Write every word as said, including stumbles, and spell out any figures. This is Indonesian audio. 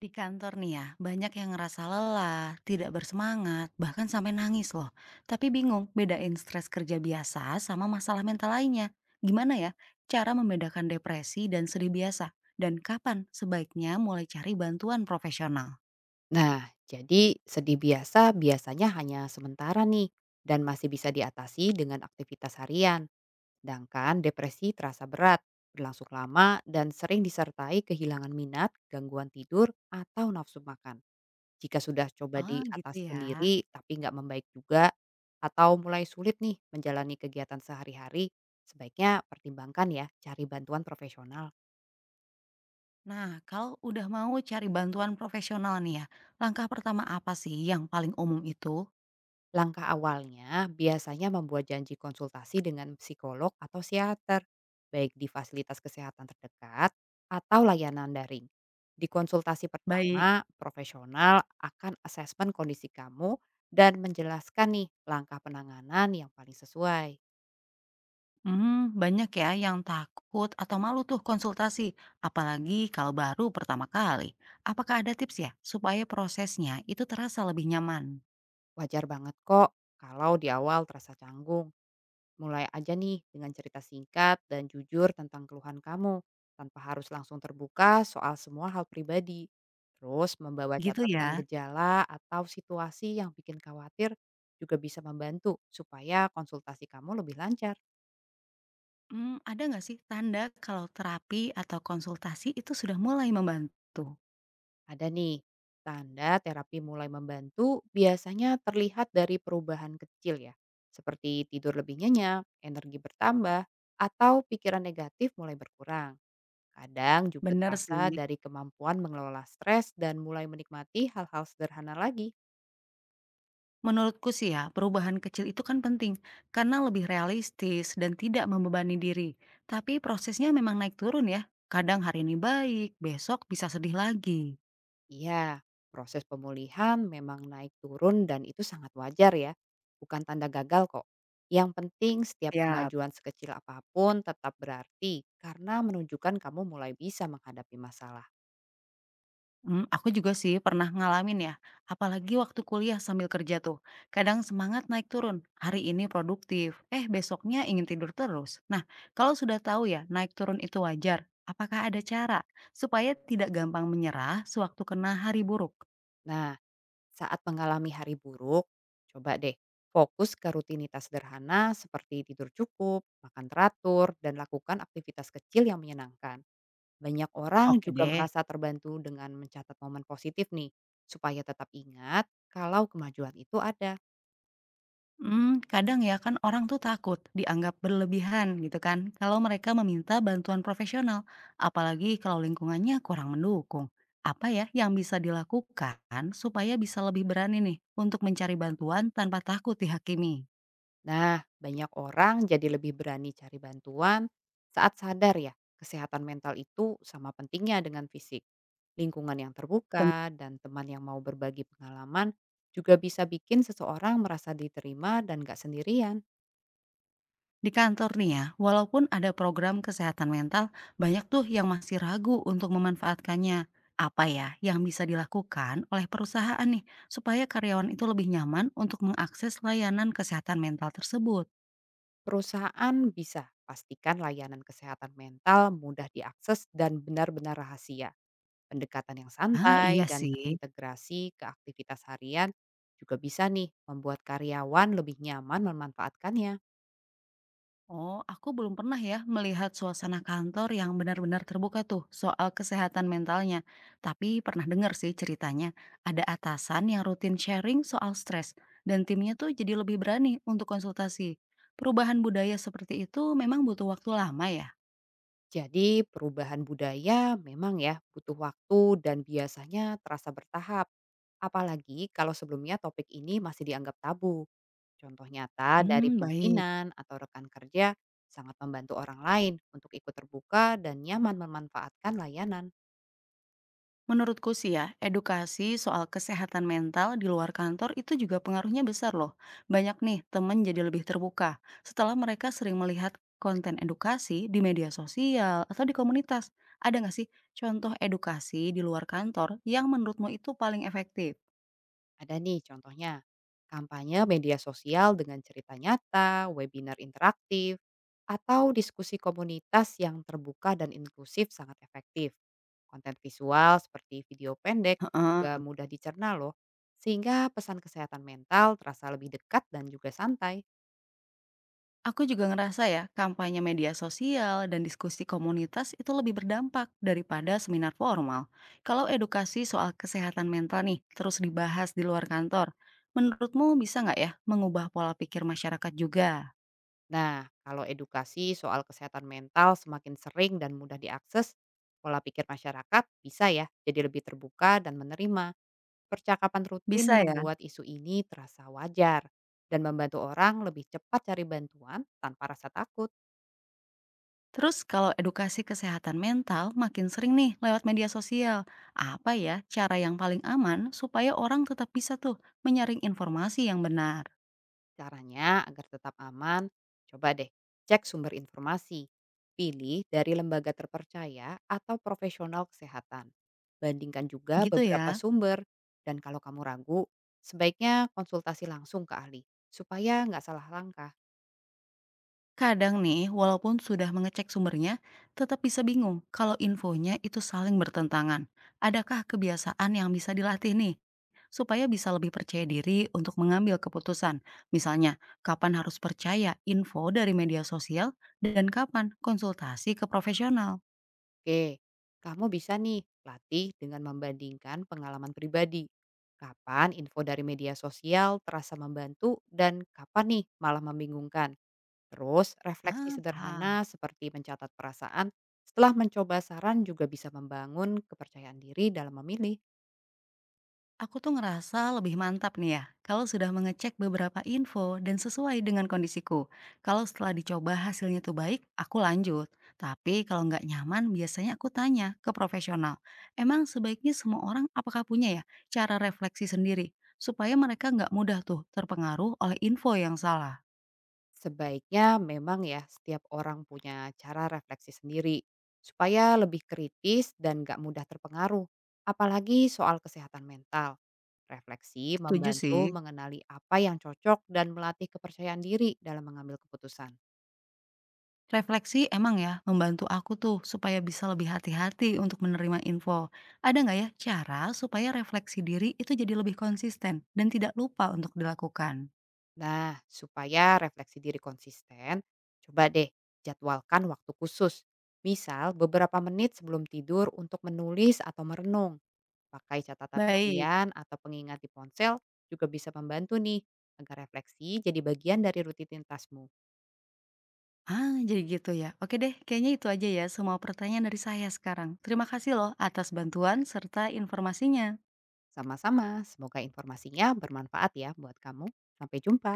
Di kantor nih ya, banyak yang ngerasa lelah, tidak bersemangat, bahkan sampai nangis loh. Tapi bingung bedain stres kerja biasa sama masalah mental lainnya. Gimana ya cara membedakan depresi dan sedih biasa? Dan kapan sebaiknya mulai cari bantuan profesional? Nah, jadi sedih biasa biasanya hanya sementara nih dan masih bisa diatasi dengan aktivitas harian. Sedangkan depresi terasa berat, berlangsung lama dan sering disertai kehilangan minat, gangguan tidur, atau nafsu makan. Jika sudah coba Ah gitu diatasi ya. sendiri tapi nggak membaik juga atau mulai sulit nih menjalani kegiatan sehari-hari, sebaiknya pertimbangkan ya cari bantuan profesional. Nah, kalau udah mau cari bantuan profesional nih ya, langkah pertama apa sih yang paling umum itu? Langkah awalnya biasanya membuat janji konsultasi dengan psikolog atau psikiater, baik di fasilitas kesehatan terdekat atau layanan daring. Di konsultasi Baik. pertama, profesional akan asesmen kondisi kamu dan menjelaskan nih langkah penanganan yang paling sesuai. Mmm, Banyak ya yang takut atau malu tuh konsultasi, apalagi kalau baru pertama kali. Apakah ada tips ya supaya prosesnya itu terasa lebih nyaman? Wajar banget kok kalau di awal terasa canggung. Mulai aja nih dengan cerita singkat dan jujur tentang keluhan kamu, tanpa harus langsung terbuka soal semua hal pribadi. Terus membawa Gitu catatan ya. gejala atau situasi yang bikin khawatir juga bisa membantu supaya konsultasi kamu lebih lancar. Mmm, ada nggak sih tanda kalau terapi atau konsultasi itu sudah mulai membantu? Ada nih, tanda terapi mulai membantu biasanya terlihat dari perubahan kecil ya, seperti tidur lebih nyenyak, energi bertambah, atau pikiran negatif mulai berkurang. Kadang juga Bener sih, terasa dari kemampuan mengelola stres dan mulai menikmati hal-hal sederhana lagi. menurutku sih ya perubahan kecil itu kan penting karena lebih realistis dan tidak membebani diri. Tapi prosesnya memang naik turun ya, kadang hari ini baik, besok bisa sedih lagi. Iya, proses pemulihan memang naik turun dan itu sangat wajar ya. Bukan tanda gagal kok. Yang penting setiap Ya. kemajuan sekecil apapun tetap berarti karena menunjukkan kamu mulai bisa menghadapi masalah. Mmm, aku juga sih pernah ngalamin ya, apalagi waktu kuliah sambil kerja tuh. Kadang semangat naik turun, hari ini produktif, eh besoknya ingin tidur terus. Nah, kalau sudah tahu ya naik turun itu wajar, apakah ada cara supaya tidak gampang menyerah sewaktu kena hari buruk? Nah, saat mengalami hari buruk, coba deh fokus ke rutinitas sederhana seperti tidur cukup, makan teratur, dan lakukan aktivitas kecil yang menyenangkan. Banyak orang Oke juga deh. merasa terbantu dengan mencatat momen positif nih, supaya tetap ingat kalau kemajuan itu ada. Mmm, kadang ya kan orang tuh takut dianggap berlebihan gitu kan kalau mereka meminta bantuan profesional, apalagi kalau lingkungannya kurang mendukung. Apa ya yang bisa dilakukan supaya bisa lebih berani nih untuk mencari bantuan tanpa takut dihakimi? Nah, banyak orang jadi lebih berani cari bantuan saat sadar ya, kesehatan mental itu sama pentingnya dengan fisik. Lingkungan yang Ten terbuka dan teman yang mau berbagi pengalaman juga bisa bikin seseorang merasa diterima dan gak sendirian. di kantor nih ya, walaupun ada program kesehatan mental, banyak tuh yang masih ragu untuk memanfaatkannya. Apa ya yang bisa dilakukan oleh perusahaan nih supaya karyawan itu lebih nyaman untuk mengakses layanan kesehatan mental tersebut? Perusahaan bisa pastikan layanan kesehatan mental mudah diakses dan benar-benar rahasia. Pendekatan yang Ah, santai iya dan sih. terintegrasi ke aktivitas harian juga bisa nih membuat karyawan lebih nyaman memanfaatkannya. Oh, aku belum pernah ya melihat suasana kantor yang benar-benar terbuka tuh soal kesehatan mentalnya. Tapi pernah dengar sih ceritanya, ada atasan yang rutin sharing soal stres dan timnya tuh jadi lebih berani untuk konsultasi. Perubahan budaya seperti itu memang butuh waktu lama ya? Jadi perubahan budaya memang ya butuh waktu dan biasanya terasa bertahap. Apalagi kalau sebelumnya topik ini masih dianggap tabu. Contoh nyata dari Hmm, baik. pimpinan atau rekan kerja sangat membantu orang lain untuk ikut terbuka dan nyaman memanfaatkan layanan. Menurutku sih ya, edukasi soal kesehatan mental di luar kantor itu juga pengaruhnya besar loh. Banyak nih temen jadi lebih terbuka setelah mereka sering melihat konten edukasi di media sosial atau di komunitas. Ada nggak sih contoh edukasi di luar kantor yang menurutmu itu paling efektif? Ada nih contohnya, kampanye media sosial dengan cerita nyata, webinar interaktif, atau diskusi komunitas yang terbuka dan inklusif sangat efektif. Konten visual seperti video pendek juga Heeh. mudah dicerna loh, sehingga pesan kesehatan mental terasa lebih dekat dan juga santai. Aku juga ngerasa ya, kampanye media sosial dan diskusi komunitas itu lebih berdampak daripada seminar formal. Kalau edukasi soal kesehatan mental nih terus dibahas di luar kantor, menurutmu bisa nggak ya mengubah pola pikir masyarakat juga? Nah, kalau edukasi soal kesehatan mental semakin sering dan mudah diakses, pola pikir masyarakat bisa ya jadi lebih terbuka dan menerima. Percakapan rutin Bisa ya. membuat isu ini terasa wajar dan membantu orang lebih cepat cari bantuan tanpa rasa takut. Terus kalau edukasi kesehatan mental makin sering nih lewat media sosial, apa ya cara yang paling aman supaya orang tetap bisa tuh menyaring informasi yang benar? Caranya agar tetap aman, coba deh cek sumber informasi. Pilih dari lembaga terpercaya atau profesional kesehatan. Bandingkan juga Gitu beberapa ya. sumber dan kalau kamu ragu, sebaiknya konsultasi langsung ke ahli supaya nggak salah langkah. Kadang nih, walaupun sudah mengecek sumbernya, tetap bisa bingung kalau infonya itu saling bertentangan. Adakah kebiasaan yang bisa dilatih nih? Supaya bisa lebih percaya diri untuk mengambil keputusan. Misalnya, kapan harus percaya info dari media sosial dan kapan konsultasi ke profesional. Oke, kamu bisa nih latih dengan membandingkan pengalaman pribadi. Kapan info dari media sosial terasa membantu dan kapan nih malah membingungkan. Terus refleksi Ah, paham. sederhana seperti mencatat perasaan setelah mencoba saran juga bisa membangun kepercayaan diri dalam memilih. Aku tuh ngerasa lebih mantap nih ya, kalau sudah mengecek beberapa info dan sesuai dengan kondisiku. Kalau setelah dicoba hasilnya tuh baik, aku lanjut. Tapi kalau nggak nyaman, biasanya aku tanya ke profesional. Emang sebaiknya semua orang apakah punya ya cara refleksi sendiri? Supaya mereka nggak mudah tuh terpengaruh oleh info yang salah. Sebaiknya memang ya setiap orang punya cara refleksi sendiri supaya lebih kritis dan gak mudah terpengaruh, apalagi soal kesehatan mental. Refleksi Setuju membantu sih. mengenali apa yang cocok dan melatih kepercayaan diri dalam mengambil keputusan. Refleksi emang ya membantu aku tuh supaya bisa lebih hati-hati untuk menerima info. Ada nggak ya cara supaya refleksi diri itu jadi lebih konsisten dan tidak lupa untuk dilakukan? Nah, supaya refleksi diri konsisten, coba deh jadwalkan waktu khusus. Misal beberapa menit sebelum tidur untuk menulis atau merenung. Pakai catatan Baik. harian atau pengingat di ponsel juga bisa membantu nih agar refleksi jadi bagian dari rutinitasmu. Ah, jadi gitu ya. Oke deh, kayaknya itu aja ya semua pertanyaan dari saya sekarang. Terima kasih loh atas bantuan serta informasinya. Sama-sama, semoga informasinya bermanfaat ya buat kamu. Sampai jumpa.